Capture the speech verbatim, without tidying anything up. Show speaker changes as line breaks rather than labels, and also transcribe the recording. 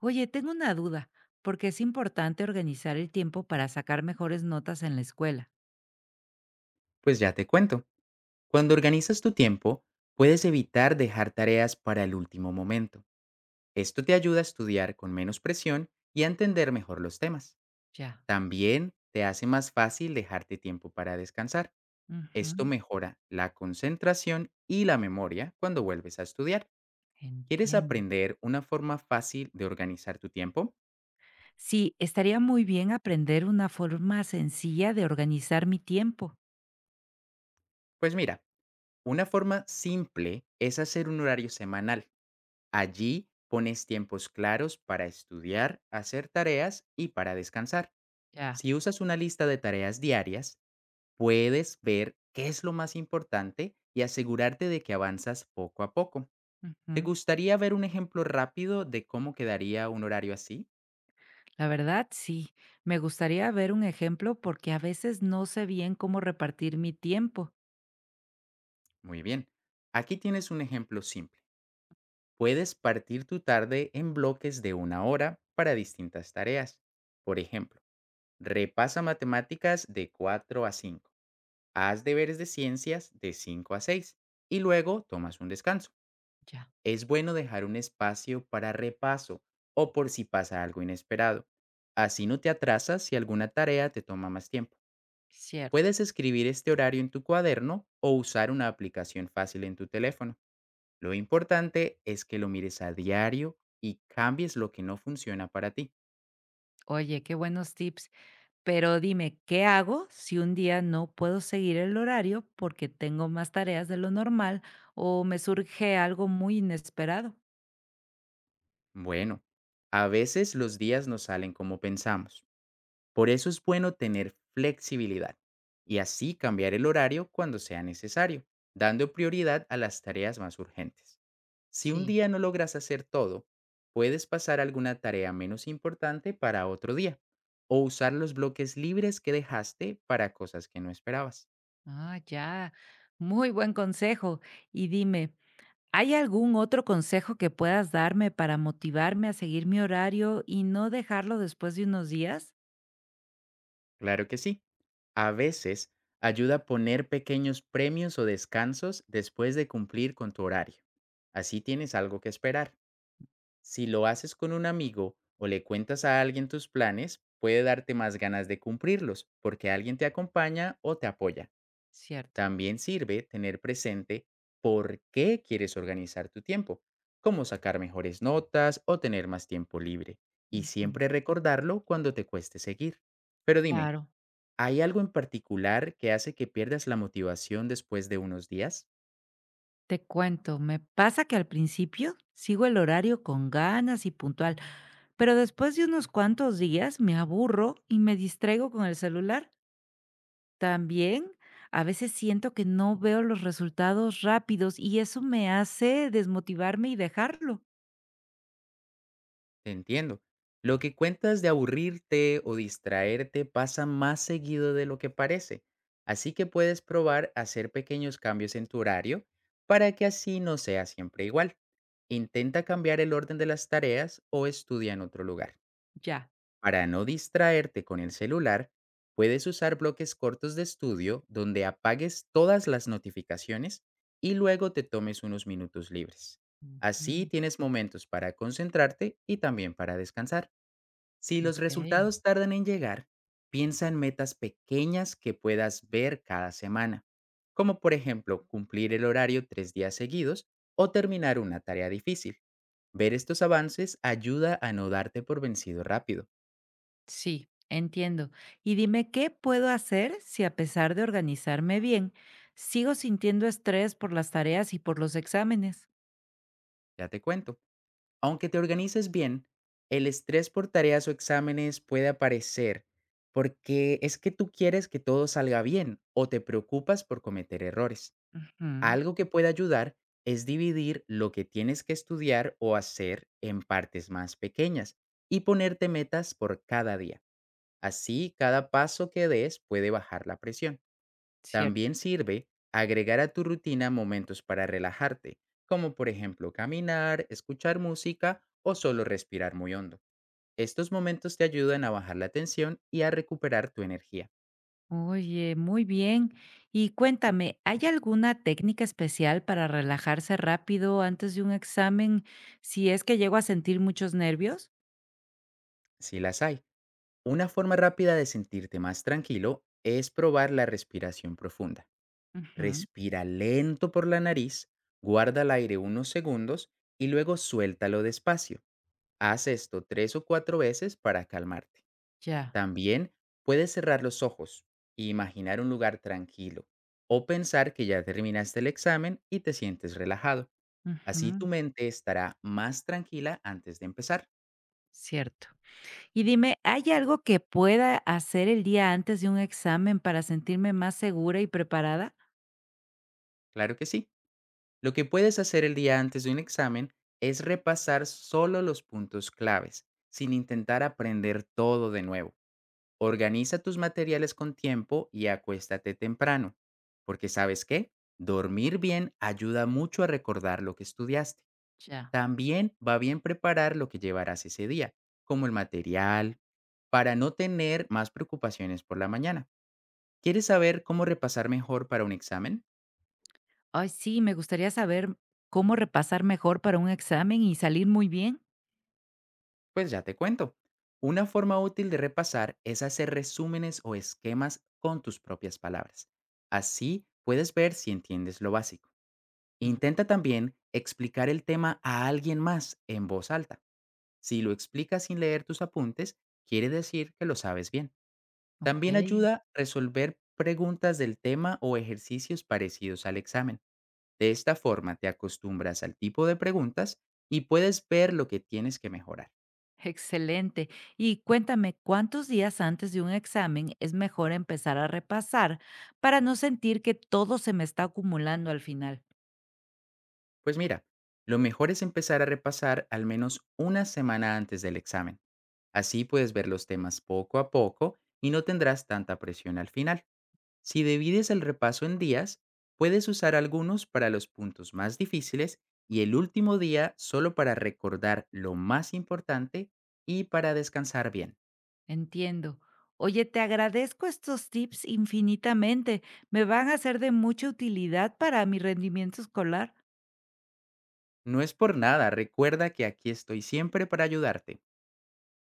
Oye, tengo una duda, porque es importante organizar el tiempo para sacar mejores notas en la escuela.
Pues ya te cuento, cuando organizas tu tiempo, puedes evitar dejar tareas para el último momento. Esto te ayuda a estudiar con menos presión y a entender mejor los temas.
Ya.
También te hace más fácil dejarte tiempo para descansar.
Ujú,
Esto mejora la concentración y la memoria cuando vuelves a estudiar. ¿Quieres
entiendo.
aprender una forma fácil de organizar tu tiempo?
Sí, estaría muy bien aprender una forma sencilla de organizar mi tiempo.
Pues mira, una forma simple es hacer un horario semanal. Allí pones tiempos claros para estudiar, hacer tareas y para descansar.
Ya.
Si usas una lista de tareas diarias, puedes ver qué es lo más importante y asegurarte de que avanzas poco a poco.
Ujú,
¿Te gustaría ver un ejemplo rápido de cómo quedaría un horario así?
la verdad, sí. Me gustaría ver un ejemplo porque a veces no sé bien cómo repartir mi tiempo.
Muy bien. Aquí tienes un ejemplo simple. Puedes partir tu tarde en bloques de una hora para distintas tareas. Por ejemplo, repasa matemáticas de cuatro a cinco. Haz deberes de ciencias de cinco a seis y luego tomas un descanso.
Ya.
Es bueno dejar un espacio para repaso o por si pasa algo inesperado. Así no te atrasas si alguna tarea te toma más tiempo.
Cierto.
Puedes escribir este horario en tu cuaderno o usar una aplicación fácil en tu teléfono. Lo importante es que lo mires a diario y cambies lo que no funciona para ti.
Oye, qué buenos tips. Pero dime, ¿qué hago si un día no puedo seguir el horario porque tengo más tareas de lo normal o me surge algo muy inesperado?
Bueno, a veces los días no salen como pensamos. Por eso es bueno tener flexibilidad y así cambiar el horario cuando sea necesario, dando prioridad a las tareas más urgentes. Si un
Sí.
día no logras hacer todo, puedes pasar alguna tarea menos importante para otro día o usar los bloques libres que dejaste para cosas que no esperabas.
Ah, ya. Muy buen consejo. Y dime, ¿hay algún otro consejo que puedas darme para motivarme a seguir mi horario y no dejarlo después de unos días?
Claro que sí. A veces ayuda a poner pequeños premios o descansos después de cumplir con tu horario. Así tienes algo que esperar. Si lo haces con un amigo o le cuentas a alguien tus planes, puede darte más ganas de cumplirlos porque alguien te acompaña o te apoya.
Cierto.
También sirve tener presente por qué quieres organizar tu tiempo, como sacar mejores notas o tener más tiempo libre, y
Ujú,
siempre recordarlo cuando te cueste seguir. Pero dime,
claro,
¿hay algo en particular que hace que pierdas la motivación después de unos días?
te cuento, me pasa que al principio sigo el horario con ganas y puntual, pero después de unos cuantos días me aburro y me distraigo con el celular. También a veces siento que no veo los resultados rápidos y eso me hace desmotivarme y dejarlo.
Te entiendo. Lo que cuentas de aburrirte o distraerte pasa más seguido de lo que parece, así que puedes probar hacer pequeños cambios en tu horario para que así no sea siempre igual. Intenta cambiar el orden de las tareas o estudia en otro lugar.
Ya.
Para no distraerte con el celular, puedes usar bloques cortos de estudio donde apagues todas las notificaciones y luego te tomes unos minutos libres. Así
Ujú,
tienes momentos para concentrarte y también para descansar. Si los
ok.
resultados tardan en llegar, piensa en metas pequeñas que puedas ver cada semana, como por ejemplo cumplir el horario tres días seguidos o terminar una tarea difícil. Ver estos avances ayuda a no darte por vencido rápido.
Sí, entiendo. Y dime, ¿qué puedo hacer si a pesar de organizarme bien, sigo sintiendo estrés por las tareas y por los exámenes?
Ya te cuento. Aunque te organices bien, el estrés por tareas o exámenes puede aparecer porque es que tú quieres que todo salga bien o te preocupas por cometer errores.
Ujú,
Algo que puede ayudar es dividir lo que tienes que estudiar o hacer en partes más pequeñas y ponerte metas por cada día. Así, cada paso que des puede bajar la presión.
cierto.
También sirve agregar a tu rutina momentos para relajarte, como por ejemplo caminar, escuchar música o solo respirar muy hondo. Estos momentos te ayudan a bajar la tensión y a recuperar tu energía.
Oye, muy bien. Y cuéntame, ¿hay alguna técnica especial para relajarse rápido antes de un examen si es que llego a sentir muchos nervios?
Si las hay. Una forma rápida de sentirte más tranquilo es probar la respiración profunda.
Ujú,
Respira lento por la nariz, guarda el aire unos segundos y luego suéltalo despacio. Haz esto tres o cuatro veces para calmarte.
ya,
También puedes cerrar los ojos e imaginar un lugar tranquilo o pensar que ya terminaste el examen y te sientes relajado. Así
ujú,
tu mente estará más tranquila antes de empezar.
cierto. Y dime, ¿hay algo que pueda hacer el día antes de un examen para sentirme más segura y preparada?
Claro que sí. Lo que puedes hacer el día antes de un examen es repasar solo los puntos claves, sin intentar aprender todo de nuevo. Organiza tus materiales con tiempo y acuéstate temprano, porque ¿sabes qué? Dormir bien ayuda mucho a recordar lo que estudiaste.
Ya.
También va bien preparar lo que llevarás ese día, como el material, para no tener más preocupaciones por la mañana. ¿Quieres saber cómo repasar mejor para un examen?
Ay, sí, me gustaría saber cómo repasar mejor para un examen y salir muy bien.
Pues ya te cuento. Una forma útil de repasar es hacer resúmenes o esquemas con tus propias palabras. Así puedes ver si entiendes lo básico.
Mm,
Intenta también explicar el tema a alguien más en voz alta. Si lo explicas sin leer tus apuntes, quiere decir que lo sabes bien. También
ok.
ayuda resolver preguntas del tema o ejercicios parecidos al examen. De esta forma te acostumbras al tipo de preguntas y puedes ver lo que tienes que mejorar.
Excelente. Y cuéntame, ¿cuántos días antes de un examen es mejor empezar a repasar para no sentir que todo se me está acumulando al final?
Pues mira, lo mejor es empezar a repasar al menos una semana antes del examen. Así puedes ver los temas poco a poco y no tendrás tanta presión al final. Si divides el repaso en días, puedes usar algunos para los puntos más difíciles y el último día solo para recordar lo más importante y para descansar bien.
Entiendo. Oye, te agradezco estos tips infinitamente. Me van a ser de mucha utilidad para mi rendimiento escolar.
No es por nada, recuerda que aquí estoy siempre para ayudarte.